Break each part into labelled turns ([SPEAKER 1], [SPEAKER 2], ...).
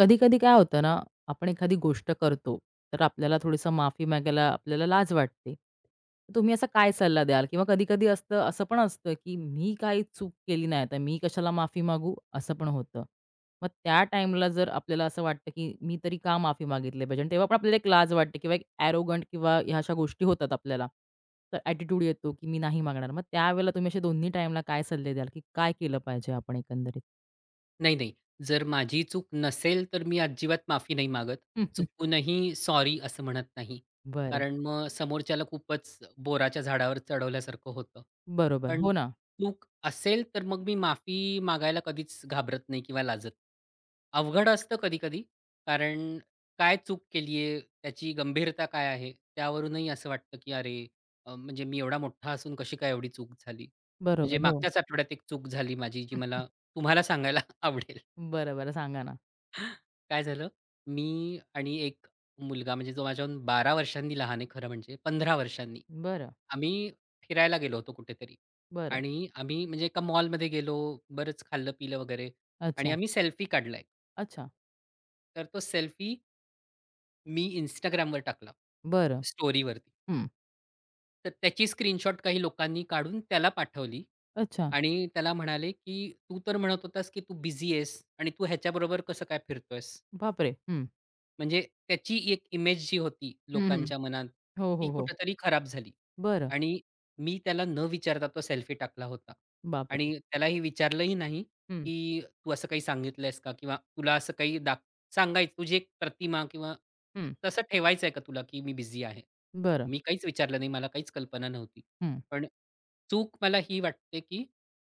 [SPEAKER 1] कधी-कधी काय होतं ना, आपण एखादी गोष्ट करतो, तर आपल्याला थोडीसं माफी मागायला आपल्याला लाज वाटते. तर तुम्ही असा काय सल्ला द्याल? किंवा कधी-कधी असतं असं पण असतं, की मी काही चूक केली नाही, तर मी कशाला माफी मागू? असं पण होतं. मग त्या टाईमला जर आपल्याला असं वाटतं, की मी तरी का माफी मागितली पाहिजे? आणि तेव्हा पण आपल्याला एक लाज वाटते किंवा एक ॲरोगंट किंवा ह्या अशा गोष्टी होतात आपल्याला. तर ॲटिट्यूड येतो, की मी नाही मागणार. मग त्यावेळेला तुम्ही असे दोन्ही टाईमला काय सल्ले द्याल, की काय केलं पाहिजे आपण एकंदरीत?
[SPEAKER 2] नाही, नाही. जर माझी चूक नसेल, तर मी अजिबात माफी नाही मागत.
[SPEAKER 1] हं, हं.
[SPEAKER 2] चुकूनही सॉरी असं म्हणत नाही.
[SPEAKER 1] बरं.
[SPEAKER 2] कारण मग समोरच्याला खूपच बोराच्या झाडावर चढवल्यासारखं होतं.
[SPEAKER 1] बरोबर.
[SPEAKER 2] पण
[SPEAKER 1] हो ना.
[SPEAKER 2] चूक असेल, तर मग मी माफी मागायला कधीच घाबरत नाही किंवा लाजत नाही. अवघड असतं कधी-कधी, कारण काय चूक केली आहे, त्याची गंभीरता काय आहे, त्यावरूनही असं वाटतं, की "अरे, म्हणजे मी एवढा मोठा असून कशी काय एवढी चूक झाली?" म्हणजे
[SPEAKER 1] बरोबर, हो.
[SPEAKER 2] मागच्याच आठवड्यात एक चूक झाली माझी, जी
[SPEAKER 1] हं,
[SPEAKER 2] मला तुम्हाला सांगायला आवडेल.
[SPEAKER 1] बरं, बरं. सांगा ना.
[SPEAKER 2] काय झालं, मी आणि एक मुलगा म्हणजे जो माझ्याहून 12 वर्षांनी लहान आहे खरं म्हणजे, 15 वर्षांनी.
[SPEAKER 1] बरं,
[SPEAKER 2] आम्ही फिरायला गेलो होतो कुठेतरी
[SPEAKER 1] बरं.
[SPEAKER 2] आणि आम्ही म्हणजे एका मॉलमध्ये गेलो, बरंच खाल्लं-पिलं वगैरे आणि
[SPEAKER 1] अच्छा,
[SPEAKER 2] आम्ही सेल्फी काढला.
[SPEAKER 1] अच्छा.
[SPEAKER 2] तर तो सेल्फी मी Instagramवर टाकला,
[SPEAKER 1] बरं.
[SPEAKER 2] स्टोरीवरती.
[SPEAKER 1] हं.
[SPEAKER 2] तर त्याची स्क्रीनशॉट काही लोकांनी काढून त्याला पाठवली
[SPEAKER 1] अच्छा.
[SPEAKER 2] आणि त्याला म्हणाले, की "तू तर म्हणत होतास, की तू बिझी आहेस आणि तू ह्याच्याबरोबर कसं काय फिरतोयस?"
[SPEAKER 1] बापरे! हं.
[SPEAKER 2] म्हणजे त्याची एक इमेज जी होती
[SPEAKER 1] हं, हं.
[SPEAKER 2] लोकांच्या मनात,
[SPEAKER 1] हो,
[SPEAKER 2] ती
[SPEAKER 1] हो, हो.
[SPEAKER 2] कुठेतरी खराब झाली.
[SPEAKER 1] बरं.
[SPEAKER 2] आणि मी त्याला न विचारता तो सेल्फी टाकला होता.
[SPEAKER 1] बापरे!
[SPEAKER 2] आणि त्यालाही विचारलंही नाही,
[SPEAKER 1] हं,
[SPEAKER 2] की "तू असं काही सांगितलंयस का? किंवा तुला असं काही दाख सांगायचं तुझी एक प्रतिमा किंवा
[SPEAKER 1] हं.
[SPEAKER 2] तसं ठेवायचं आहे का तुला, की मी बिझी आहे?"
[SPEAKER 1] बरं.
[SPEAKER 2] मी काहीच विचारलं नाही. मला काहीच कल्पना नव्हती.
[SPEAKER 1] हं.
[SPEAKER 2] पण चूक मला ही वाटते, की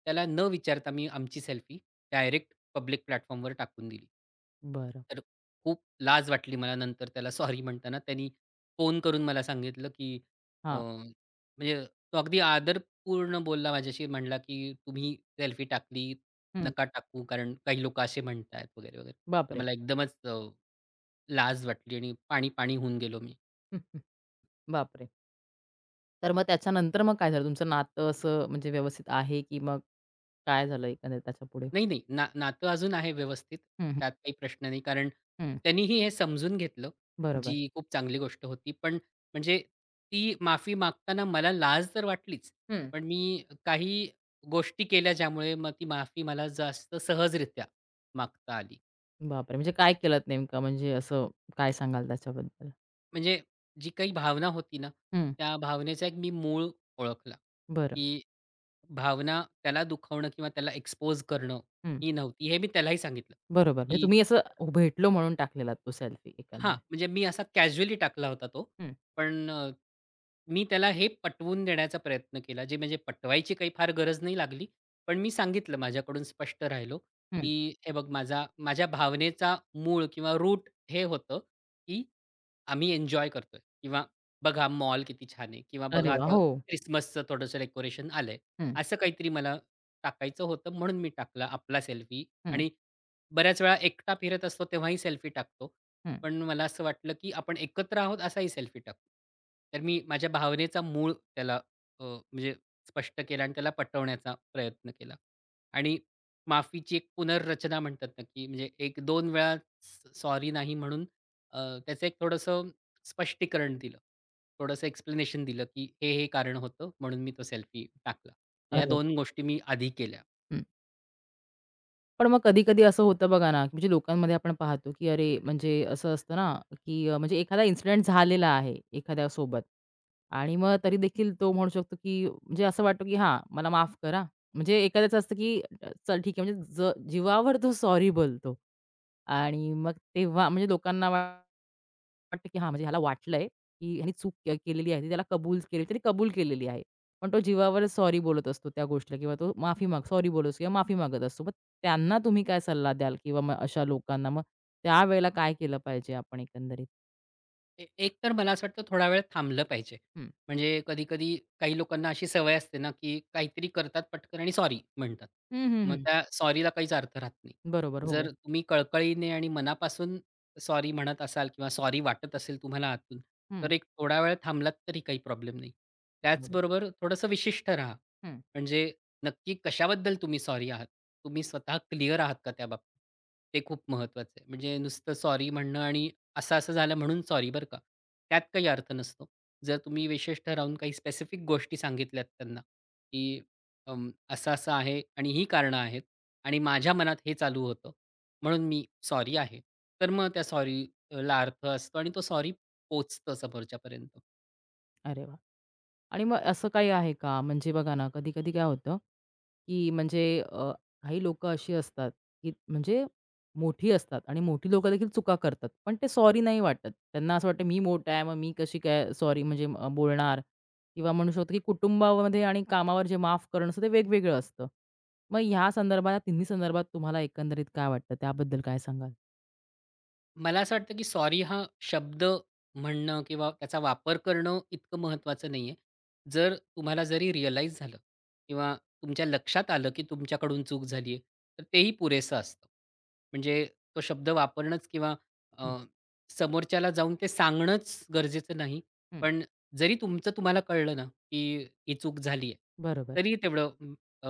[SPEAKER 2] त्याला न विचारता मी आमची सेल्फी डायरेक्ट पब्लिक प्लॅटफॉर्मवर टाकून दिली.
[SPEAKER 1] बरं.
[SPEAKER 2] खूप लाज वाटली मला नंतर त्याला सॉरी म्हणताना. त्यांनी फोन करून मला सांगितलं, की
[SPEAKER 1] हां.
[SPEAKER 2] म्हणजे तो अगदी आदरपूर्ण बोलला माझ्याशी. म्हणाला, की "तुम्ही सेल्फी टाकली,
[SPEAKER 1] हं.
[SPEAKER 2] नका टाकू कारण काही लोकं असे म्हणतायत" वगैरे, वगैरे. तर
[SPEAKER 1] बापरे!
[SPEAKER 2] मला एकदमच लाज वाटली आणि पाणी-पाणी होऊन गेलो मी.
[SPEAKER 1] हं, हं. बापरे! तर मग त्याच्यानंतर मग काय झालं? तुमचं नातं असं म्हणजे व्यवस्थित आहे, की मग काय झालं एकंदरीत त्याच्यापुढे?
[SPEAKER 2] नाही, नाही. ना नातं अजून आहे व्यवस्थित.
[SPEAKER 1] हं, हं.
[SPEAKER 2] त्यात काही प्रश्न नाही. कारण
[SPEAKER 1] हं.
[SPEAKER 2] त्यांनीही हे समजून घेतलं,
[SPEAKER 1] बरोबर.
[SPEAKER 2] जी खूप चांगली गोष्ट होती. पण म्हणजे ती माफी मागताना मला लाज तर वाटलीच.
[SPEAKER 1] हं.
[SPEAKER 2] पण मी काही गोष्टी केल्या ज्यामुळे मग ती माफी मला जास्त सहजरित्या मागता आली.
[SPEAKER 1] बापरे! म्हणजे काय केलत नेमकं म्हणजे असं काय सांगाल त्याच्याबद्दल?
[SPEAKER 2] म्हणजे जी काही भावना होती ना,
[SPEAKER 1] हं.
[SPEAKER 2] त्या भावनेचा एक मी मूळ ओळखला,
[SPEAKER 1] बरं.
[SPEAKER 2] की भावना त्याला दुखवणं किंवा त्याला एक्सपोज करणं
[SPEAKER 1] हं.
[SPEAKER 2] ही नव्हती. हे मी त्यालाही सांगितलं,
[SPEAKER 1] बरोबर. म्हणजे
[SPEAKER 2] की
[SPEAKER 1] तुम्ही असं भेटलो म्हणून टाकलेला तो सेल्फी
[SPEAKER 2] हां,
[SPEAKER 1] एकंदरीत.
[SPEAKER 2] म्हणजे मी असा कॅज्युअली टाकला होता तो.
[SPEAKER 1] हं,
[SPEAKER 2] पण मी त्याला हे पटवून देण्याचा प्रयत्न केला, जे म्हणजे पटवायची काही फार गरज नाही लागली. पण मी सांगितलं माझ्याकडून स्पष्ट राहिलो,
[SPEAKER 1] हं.
[SPEAKER 2] की "हे बघ माझा माझ्या भावनेचा मूळ किंवा रूट हे होतं, की आम्ही एन्जॉय करतोय किंवा बघा मॉल किती छान आहे किंवा
[SPEAKER 1] अरे
[SPEAKER 2] बघा
[SPEAKER 1] वाह!
[SPEAKER 2] आता
[SPEAKER 1] हो.
[SPEAKER 2] क्रिसमसचं थोडंसं डेकोरेशन आलंय.
[SPEAKER 1] हं,
[SPEAKER 2] असं काहीतरी मला टाकायचं होतं म्हणून मी टाकला आपला सेल्फी
[SPEAKER 1] हं,
[SPEAKER 2] आणि बऱ्याच वेळा एकटा फिरत असतो तेव्हाही सेल्फी टाकतो.
[SPEAKER 1] हं.
[SPEAKER 2] पण मला असं वाटलं, की आपण एकत्र आहोत असाही सेल्फी टाकू. तर मी माझ्या भावनेचा मूळ त्याला म्हणजे स्पष्ट केला आणि त्याला पटवण्याचा प्रयत्न केला. आणि माफीची एक पुनर्रचना म्हणतात ना, की म्हणजे एक दोन वेळा सॉरी नाही म्हणून अ, त्याचं एक थोडंसं स्पष्टीकरण दिलं. थोडंसं एक्सप्लेनेशन दिलं, की हे कारण होतं म्हणून मी तो सेल्फी टाकला. या
[SPEAKER 1] अरे वाह!
[SPEAKER 2] दोन गोष्टी मी आधी केल्या.
[SPEAKER 1] हं. पण मग कधी-कधी असं होतं बघा ना, म्हणजे लोकांमध्ये आपण पाहतो, की अरे म्हणजे असं असतं ना, की म्हणजे एखादा इन्सिडेंट झालेला आहे एखाद्यासोबत आणि मग तरी देखील तो म्हणू शकतो, की म्हणजे असं वाटतं, की हां, मला माफ करा. म्हणजे एखाद्याचं असतं, की चल ठीक आहे म्हणजे जीवावर तो सॉरी बोलतो आणि मग तेव्हा म्हणजे लोकांना वाटतं की हां, म्हणजे ह्याला वाटलंय, की ह्याने चूक केलेली आहे. ती त्याला कबूल केली, त्याने कबूल केलेली आहे. पण तो जीवावरच सॉरी बोलत असतो त्या गोष्टीला किंवा तो माफी सॉरी बोलत असतो किंवा माफी मागत असतो. मग त्यांना तुम्ही काय सल्ला द्याल किंवा मग अशा लोकांना मग त्यावेळेला काय केलं पाहिजे आपण एकंदरीत?
[SPEAKER 2] एक तर मला असं वाटतं थोडा वेळ थांबलं पाहिजे.
[SPEAKER 1] हं.
[SPEAKER 2] म्हणजे कधी-कधी काही लोकांना अशी सवय असते ना, की काहीतरी करतात पटकन आणि सॉरी म्हणतात.
[SPEAKER 1] हं, हं,
[SPEAKER 2] मग
[SPEAKER 1] हं.
[SPEAKER 2] त्या सॉरीला काहीच अर्थ राहत नाही.
[SPEAKER 1] बरोबर. हो.
[SPEAKER 2] जर तुम्ही कळकळीने आणि मनापासून सॉरी म्हणत असाल किंवा सॉरी वाटत असेल तुम्हाला आतून,
[SPEAKER 1] हं.
[SPEAKER 2] तर एक थोडा वेळ थांबलात तरी काही प्रॉब्लेम नाही.
[SPEAKER 1] बरोबर.
[SPEAKER 2] त्याचबरोबर थोडंसं विशिष्ट राहा.
[SPEAKER 1] हं.
[SPEAKER 2] म्हणजे नक्की कशाबद्दल तुम्ही सॉरी आहात? तुम्ही स्वतः क्लिअर आहात का त्याबाबतीत? ते खूप महत्त्वाचं आहे. म्हणजे नुसतं सॉरी म्हणणं आणि असं-असं झालं म्हणून सॉरी बरं का. त्यात काही अर्थ नसतो. जर तुम्ही विशेष ठरवून काही स्पेसिफिक गोष्टी सांगितल्यात त्यांना, की असं-असं आहे आणि ही कारणं आहेत आणि माझ्या मनात हे चालू होतं, म्हणून मी सॉरी आहे. तर मग त्या सॉरीला अर्थ असतो आणि तो सॉरी पोहोचतं समोरच्यापर्यंत.
[SPEAKER 1] अरे वाह! आणि मग असं काही आहे का? म्हणजे बघा ना, कधी-कधी काय होतं, की म्हणजे काही लोकं अशी असतात, की म्हणजे मोठी असतात आणि मोठी लोकं देखील चुका करतात. पण ते सॉरी नाही वाटत. त्यांना असं वाटतं, मी मोठा आहे, मग मी कशी काय सॉरी म्हणजे बोलणार किंवा म्हणू शकतो, की कुटुंबामध्ये आणि कामावर जे माफ करणं असतं, ते वेगवेगळं असतं. मग ह्या संदर्भात, या तिन्ही संदर्भात तुम्हाला एकंदरीत काय वाटतं? त्याबद्दल काय सांगाल?
[SPEAKER 2] मला असं वाटतं की सॉरी हा शब्द म्हणणं किंवा त्याचा वापर करणं इतकं महत्त्वाचं नाही आहे. जर तुम्हाला जरी रिअलाईज झालं किंवा तुमच्या लक्षात आलं की तुमच्याकडून चूक झाली आहे, तर तेही पुरेसं असतं. म्हणजे तो शब्द वापरणंच किंवा
[SPEAKER 1] हं,
[SPEAKER 2] अ, समोरच्याला जाऊन ते सांगणंच गरजेचं नाही.
[SPEAKER 1] हं.
[SPEAKER 2] पण जरी तुमचं तुम्हाला कळलं ना, की ही चूक झाली आहे,
[SPEAKER 1] बरोबर.
[SPEAKER 2] तरी तेवढं अ,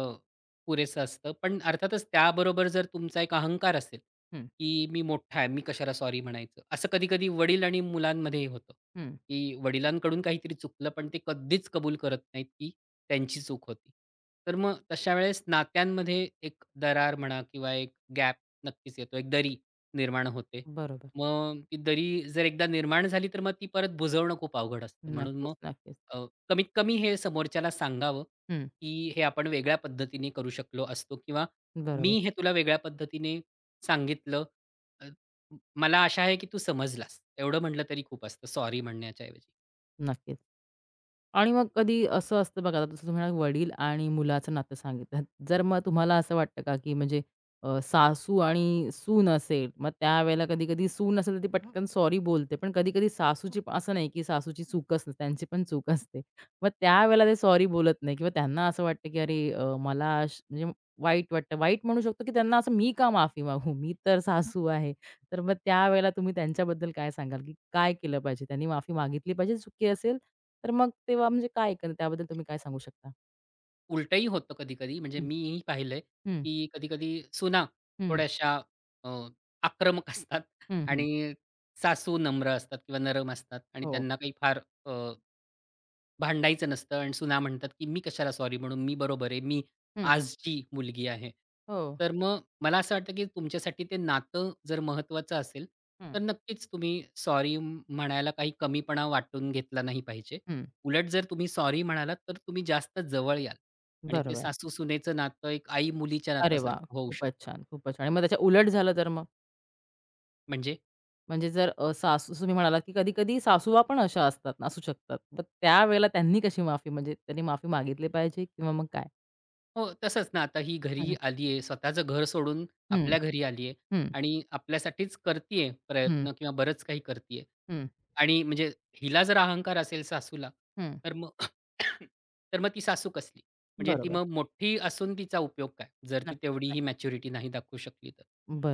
[SPEAKER 2] पुरेसं असतं. पण अर्थातच त्याबरोबर जर तुमचा एक अहंकार असेल
[SPEAKER 1] हं,
[SPEAKER 2] की मी मोठा आहे, मी कशाला सॉरी म्हणायचं. असं कधी-कधी वडील आणि मुलांमध्येही होतं,
[SPEAKER 1] हं.
[SPEAKER 2] की वडिलांकडून काहीतरी चुकलं, पण ते कधीच कबूल करत नाहीत, की त्यांची चूक होती. तर मग तशा वेळेस नात्यांमध्ये एक दरार म्हणा किंवा एक गॅप नक्कीच येतो, एक दरी निर्माण होते.
[SPEAKER 1] बरोबर.
[SPEAKER 2] मग ती दरी जर एकदा निर्माण झाली, तर मग ती परत बुजवणं खूप अवघड असतं. म्हणून
[SPEAKER 1] नक्कीच,
[SPEAKER 2] मग
[SPEAKER 1] नक्कीच.
[SPEAKER 2] अ, कमीत कमी हे समोरच्याला सांगावं,
[SPEAKER 1] हं.
[SPEAKER 2] की हे आपण वेगळ्या पद्धतीने करू शकलो असतो किंवा मी
[SPEAKER 1] बरोबर.
[SPEAKER 2] हे तुला वेगळ्या पद्धतीने सांगितलं. अ, मला आशा आहे की तू समजलास. एवढं म्हटलं तरी खूप असतं सॉरी म्हणण्याच्या ऐवजी.
[SPEAKER 1] नक्कीच. आणि मग कधी असं असतं बघा, आता जसं तुम्ही वडील आणि मुलाचं नातं सांगितलं. जर मग तुम्हाला असं वाटतं का, की म्हणजे सासू आणि सून असेल, मग त्यावेळेला कधी-कधी सून असेल तर ती पटकन सॉरी बोलते. पण कधी-कधी सासूची पण- असं नाही, की सासूची चूकच नसते, त्यांची पण चूक असते. मग त्यावेळेला ते सॉरी बोलत नाही किंवा त्यांना असं वाटतं, की अरे मला म्हणजे वाईट वाटतं. वाईट म्हणू शकतो, की त्यांना असं मी का माफी मागू? मी तर सासू आहे. तर मग त्यावेळेला तुम्ही त्यांच्याबद्दल काय सांगाल, की काय केलं पाहिजे? त्यांनी माफी मागितली पाहिजे चुकी असेल? तर मग तेव्हा म्हणजे काय एकंदरीत त्याबद्दल तुम्ही काय सांगू शकता?
[SPEAKER 2] उलटंही होतं कधी-कधी म्हणजे
[SPEAKER 1] हं,
[SPEAKER 2] मीही पाहिलंय,
[SPEAKER 1] हं,
[SPEAKER 2] की कधी-कधी सुना
[SPEAKER 1] हं,
[SPEAKER 2] थोड्याशा अ, आक्रमक असतात
[SPEAKER 1] हं, हं.
[SPEAKER 2] आणि सासू नम्र असतात किंवा नरम असतात आणि
[SPEAKER 1] हो.
[SPEAKER 2] त्यांना काही फार भांडायचं नसतं आणि सुना म्हणतात, की "मी कशाला सॉरी म्हणू? मी बरोबर आहे. मी
[SPEAKER 1] हं,
[SPEAKER 2] आजची मुलगी आहे."
[SPEAKER 1] हो,
[SPEAKER 2] तर मग मला असं वाटतं, की तुमच्यासाठी ते नातं जर महत्त्वाचं असेल,
[SPEAKER 1] हं,
[SPEAKER 2] तर नक्कीच तुम्ही सॉरी म्हणायला काही कमीपणा वाटून घेतला नाही पाहिजे.
[SPEAKER 1] हं.
[SPEAKER 2] उलट जर तुम्ही सॉरी म्हणालात, तर तुम्ही जास्त जवळ याल आणि ते
[SPEAKER 1] बरोबर.
[SPEAKER 2] सासू-सुनेचं नातं एक आई-मुलीच्या
[SPEAKER 1] अरे वाह!
[SPEAKER 2] नातासारखं होऊ शकतं.
[SPEAKER 1] खूपच छान, खूपच छान. आणि मग त्याच्या उलट झालं तर मग?
[SPEAKER 2] म्हणजे
[SPEAKER 1] म्हणजे जर सासू तुम्ही म्हणालात, की कधी-कधी सासूबा पण अशा असतात असू शकतात. मग त्यावेळेला त्यांनी कशी माफी म्हणजे त्यांनी माफी मागितली पाहिजे किंवा मग काय?
[SPEAKER 2] हो, तसंच ना, आता ही घरी
[SPEAKER 1] हं,
[SPEAKER 2] आली आहे, स्वतःचं घर सोडून
[SPEAKER 1] हं,
[SPEAKER 2] आपल्या घरी आली आहे
[SPEAKER 1] हं,
[SPEAKER 2] आणि आपल्यासाठीच करती
[SPEAKER 1] हं,
[SPEAKER 2] प्रयत्न किंवा बरंच काही करती आहे.
[SPEAKER 1] हं,
[SPEAKER 2] आणि म्हणजे हिला जर अहंकार असेल सासूला,
[SPEAKER 1] हं.
[SPEAKER 2] तर मग तर मग ती सासू कसली? म्हणजे ती
[SPEAKER 1] बरोबर.
[SPEAKER 2] मग मोठी असून तिचा उपयोग काय? जर ती
[SPEAKER 1] नक्कीच,
[SPEAKER 2] तेवढीही
[SPEAKER 1] नक्कीच.
[SPEAKER 2] मॅच्युरिटी नाही दाखवू शकली तर.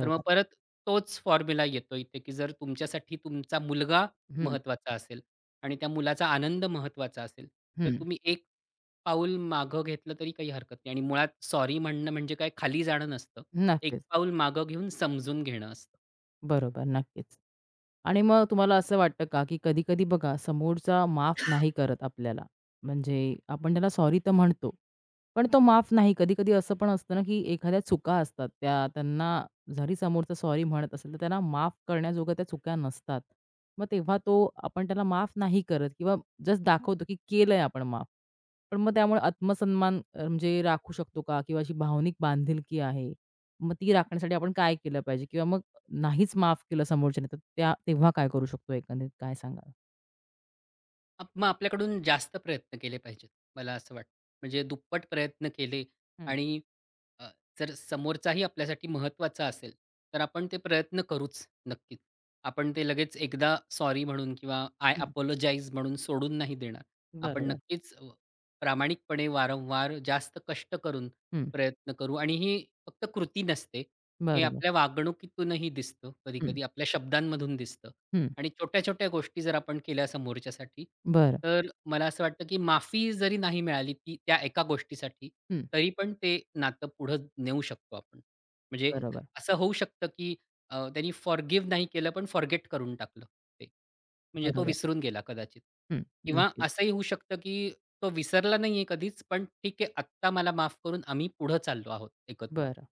[SPEAKER 2] तर मग परत तोच फॉर्म्युला येतो इथे, की जर तुमच्यासाठी तुमचा मुलगा
[SPEAKER 1] हं,
[SPEAKER 2] महत्त्वाचा असेल आणि त्या मुलाचा आनंद महत्त्वाचा असेल, तर
[SPEAKER 1] हं.
[SPEAKER 2] तुम्ही एक पाऊल मागं घेतलं तरी काही हरकत नाही आणि मुळात सॉरी म्हणणं म्हणजे काय खाली जाणं नसतं. एक
[SPEAKER 1] नक्कीच.
[SPEAKER 2] पाऊल मागं घेऊन समजून घेणं असतं.
[SPEAKER 1] बरोबर, नक्कीच. आणि मग तुम्हाला असं वाटतं का, की कधी-कधी बघा समोरचा माफ नाही करत आपल्याला. म्हणजे आपण त्याला सॉरी तर म्हणतो. पण तो माफ नाही. कधी-कधी असं पण असतं ना, की एखाद्या चुका असतात त्या त्यांना जरी समोरचा सॉरी म्हणत असेल, तर त्यांना माफ करण्याजोग्या त्या चुका नसतात. मग तेव्हा तो आपण त्याला माफ नाही करत किंवा जस्ट दाखवतो, की केलंय आपण माफ. पण मग त्यामुळे आत्मसन्मान म्हणजे राखू शकतो का? किंवा अशी भावनिक बांधिलकी आहे. मग ती राखण्यासाठी आपण काय केलं पाहिजे? किंवा मग नाहीच माफ केलं समोरच्याने, तर त्या तेव्हा काय करू शकतो एकंदरीत काय सांगाल?
[SPEAKER 2] मग आपल्याकडून जास्त प्रयत्न केले पाहिजेत, मला असं वाटतं. म्हणजे दुप्पट प्रयत्न केले
[SPEAKER 1] हं,
[SPEAKER 2] आणि अ, जर समोरचाही आपल्यासाठी महत्त्वाचा असेल, तर आपण ते प्रयत्न करूच नक्कीच. आपण ते लगेच एकदा सॉरी म्हणून किंवा आय
[SPEAKER 1] हं.
[SPEAKER 2] अपोलोजाइज म्हणून सोडून नाही देणार. आपण
[SPEAKER 1] बरोबर.
[SPEAKER 2] नक्कीच प्रामाणिकपणे वारंवार जास्त कष्ट करून
[SPEAKER 1] हं,
[SPEAKER 2] प्रयत्न करू आणि ही फक्त कृती नसते. हे
[SPEAKER 1] बरोबर.
[SPEAKER 2] आपल्या वागणुकीतूनही दिसतं
[SPEAKER 1] हं,
[SPEAKER 2] कधी-कधी, आपल्या शब्दांमधून दिसतं.
[SPEAKER 1] हं.
[SPEAKER 2] आणि छोट्या-छोट्या गोष्टी जर आपण केल्या समोरच्यासाठी,
[SPEAKER 1] बरं.
[SPEAKER 2] तर मला असं वाटतं, की माफी जरी नाही मिळाली ती त्या एका गोष्टीसाठी,
[SPEAKER 1] हं,
[SPEAKER 2] तरी पण ते नातं पुढं नेऊ शकतो आपण. म्हणजे
[SPEAKER 1] बरोबर,
[SPEAKER 2] असं होऊ शकतं, की त्यांनी फॉरगिव्ह नाही केलं, पण फॉरगेट करून टाकलं ते. म्हणजे तो
[SPEAKER 1] बरोबर.
[SPEAKER 2] विसरून गेला कदाचित.
[SPEAKER 1] हं,
[SPEAKER 2] किंवा
[SPEAKER 1] नक्कीच.
[SPEAKER 2] असंही होऊ शकतं, की तो विसरला नाहीये कधीच, पण ठीक आहे आत्ता मला माफ करून आम्ही पुढं चाललो आहोत एकत्र.
[SPEAKER 1] बरं.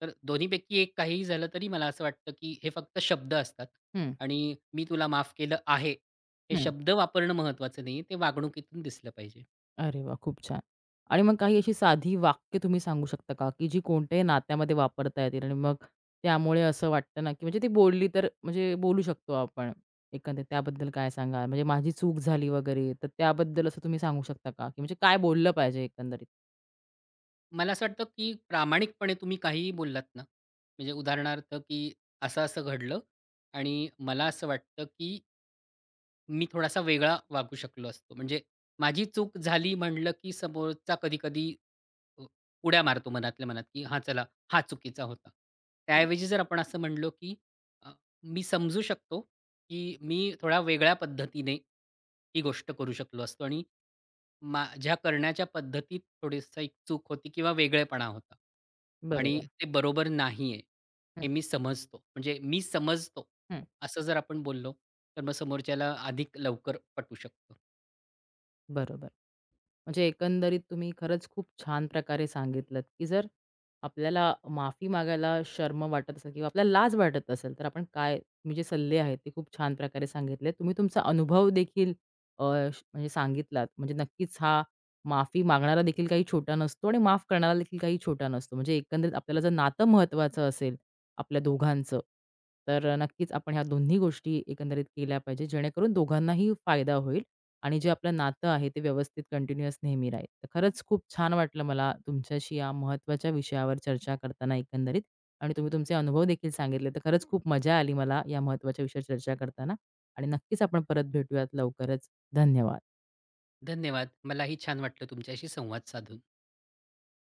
[SPEAKER 2] तर दोन्हीपैकी एक काहीही झालं तरी मला असं वाटतं, की हे फक्त शब्द असतात
[SPEAKER 1] हं,
[SPEAKER 2] आणि "मी तुला माफ केलं आहे" हे
[SPEAKER 1] हं.
[SPEAKER 2] शब्द वापरणं महत्त्वाचं नाहीये, ते वागणुकीतून दिसलं पाहिजे.
[SPEAKER 1] अरे वाह! खूप छान. आणि मग काही अशी साधी वाक्य तुम्ही सांगू शकता का, की जी कोणत्याही नात्यामध्ये वापरता येतील आणि मग त्यामुळे असं वाटतं ना, की म्हणजे ती बोलली तर म्हणजे बोलू शकतो आपण एकंदरीत त्याबद्दल काय सांगाल? म्हणजे माझी चूक झाली वगैरे, तर त्याबद्दल असं तुम्ही सांगू शकता का? की म्हणजे काय बोललं पाहिजे एकंदरीत?
[SPEAKER 2] मला असं वाटतं, की प्रामाणिकपणे तुम्ही काहीही बोललात ना, म्हणजे उदाहरणार्थ, की असं-असं घडलं आणि मला असं वाटतं, की मी थोडासा वेगळा वागू शकलो असतो. म्हणजे माझी चूक झाली म्हणलं, की समोरचा कधी-कधी अ, उड्या मारतो मनातल्या मनात, की "हां, चला हा चुकीचा होता." त्याऐवजी जर आपण असं म्हणलो, की अ, "मी समजू शकतो, की मी थोडा वेगळ्या पद्धतीने ही गोष्ट करू शकलो असतो." आणि माझ्या करण्याच्या पद्धतीत थोडीशी एक चूक होती किंवा वेगळेपणा होता. आणि
[SPEAKER 1] बरोबर.
[SPEAKER 2] ते बरोबर नाहीये,
[SPEAKER 1] हं,
[SPEAKER 2] हे मी समजतो. म्हणजे मी समजतो,
[SPEAKER 1] हं.
[SPEAKER 2] असं जर आपण बोललो, तर मग समोरच्याला अधिक लवकर पटू शकतो.
[SPEAKER 1] बरोबर. म्हणजे एकंदरीत तुम्ही खरंच खूप छान प्रकारे सांगितलत, की जर आपल्याला माफी मागायला शर्म वाटत असेल किंवा आपल्याला लाज वाटत असेल, तर आपण काय तुम्ही जे सल्ले आहेत ते खूप छान प्रकारे सांगितले. तुम्ही तुमचा अनुभव देखील म्हणजे सांगितलात. म्हणजे नक्कीच हा माफी मागणारा देखील काही छोटा नसतो आणि माफ करणारा देखील काही छोटा नसतो. म्हणजे एकंदरीत आपल्याला जर नातं महत्त्वाचं असेल आपल्या दोघांचं, तर नक्कीच आपण ह्या दोन्ही गोष्टी एकंदरीत केल्या पाहिजे, जेणेकरून दोघांनाही फायदा होईल. आणि जे आपलं नातं आहे ते व्यवस्थित कंटिन्यूअस नेहमी राहील. तर खरंच खूप छान वाटलं मला तुमच्याशी या महत्त्वाच्या विषयावर चर्चा करताना एकंदरीत आणि तुम्ही तुमचे अनुभव देखील सांगितले. तर खरंच खूप मजा आली मला या महत्त्वाच्या विषयावर चर्चा करताना आणि नक्कीच आपण परत भेटूयात लवकरच. धन्यवाद.
[SPEAKER 2] धन्यवाद. मलाही छान वाटलं तुमच्याशी संवाद साधून.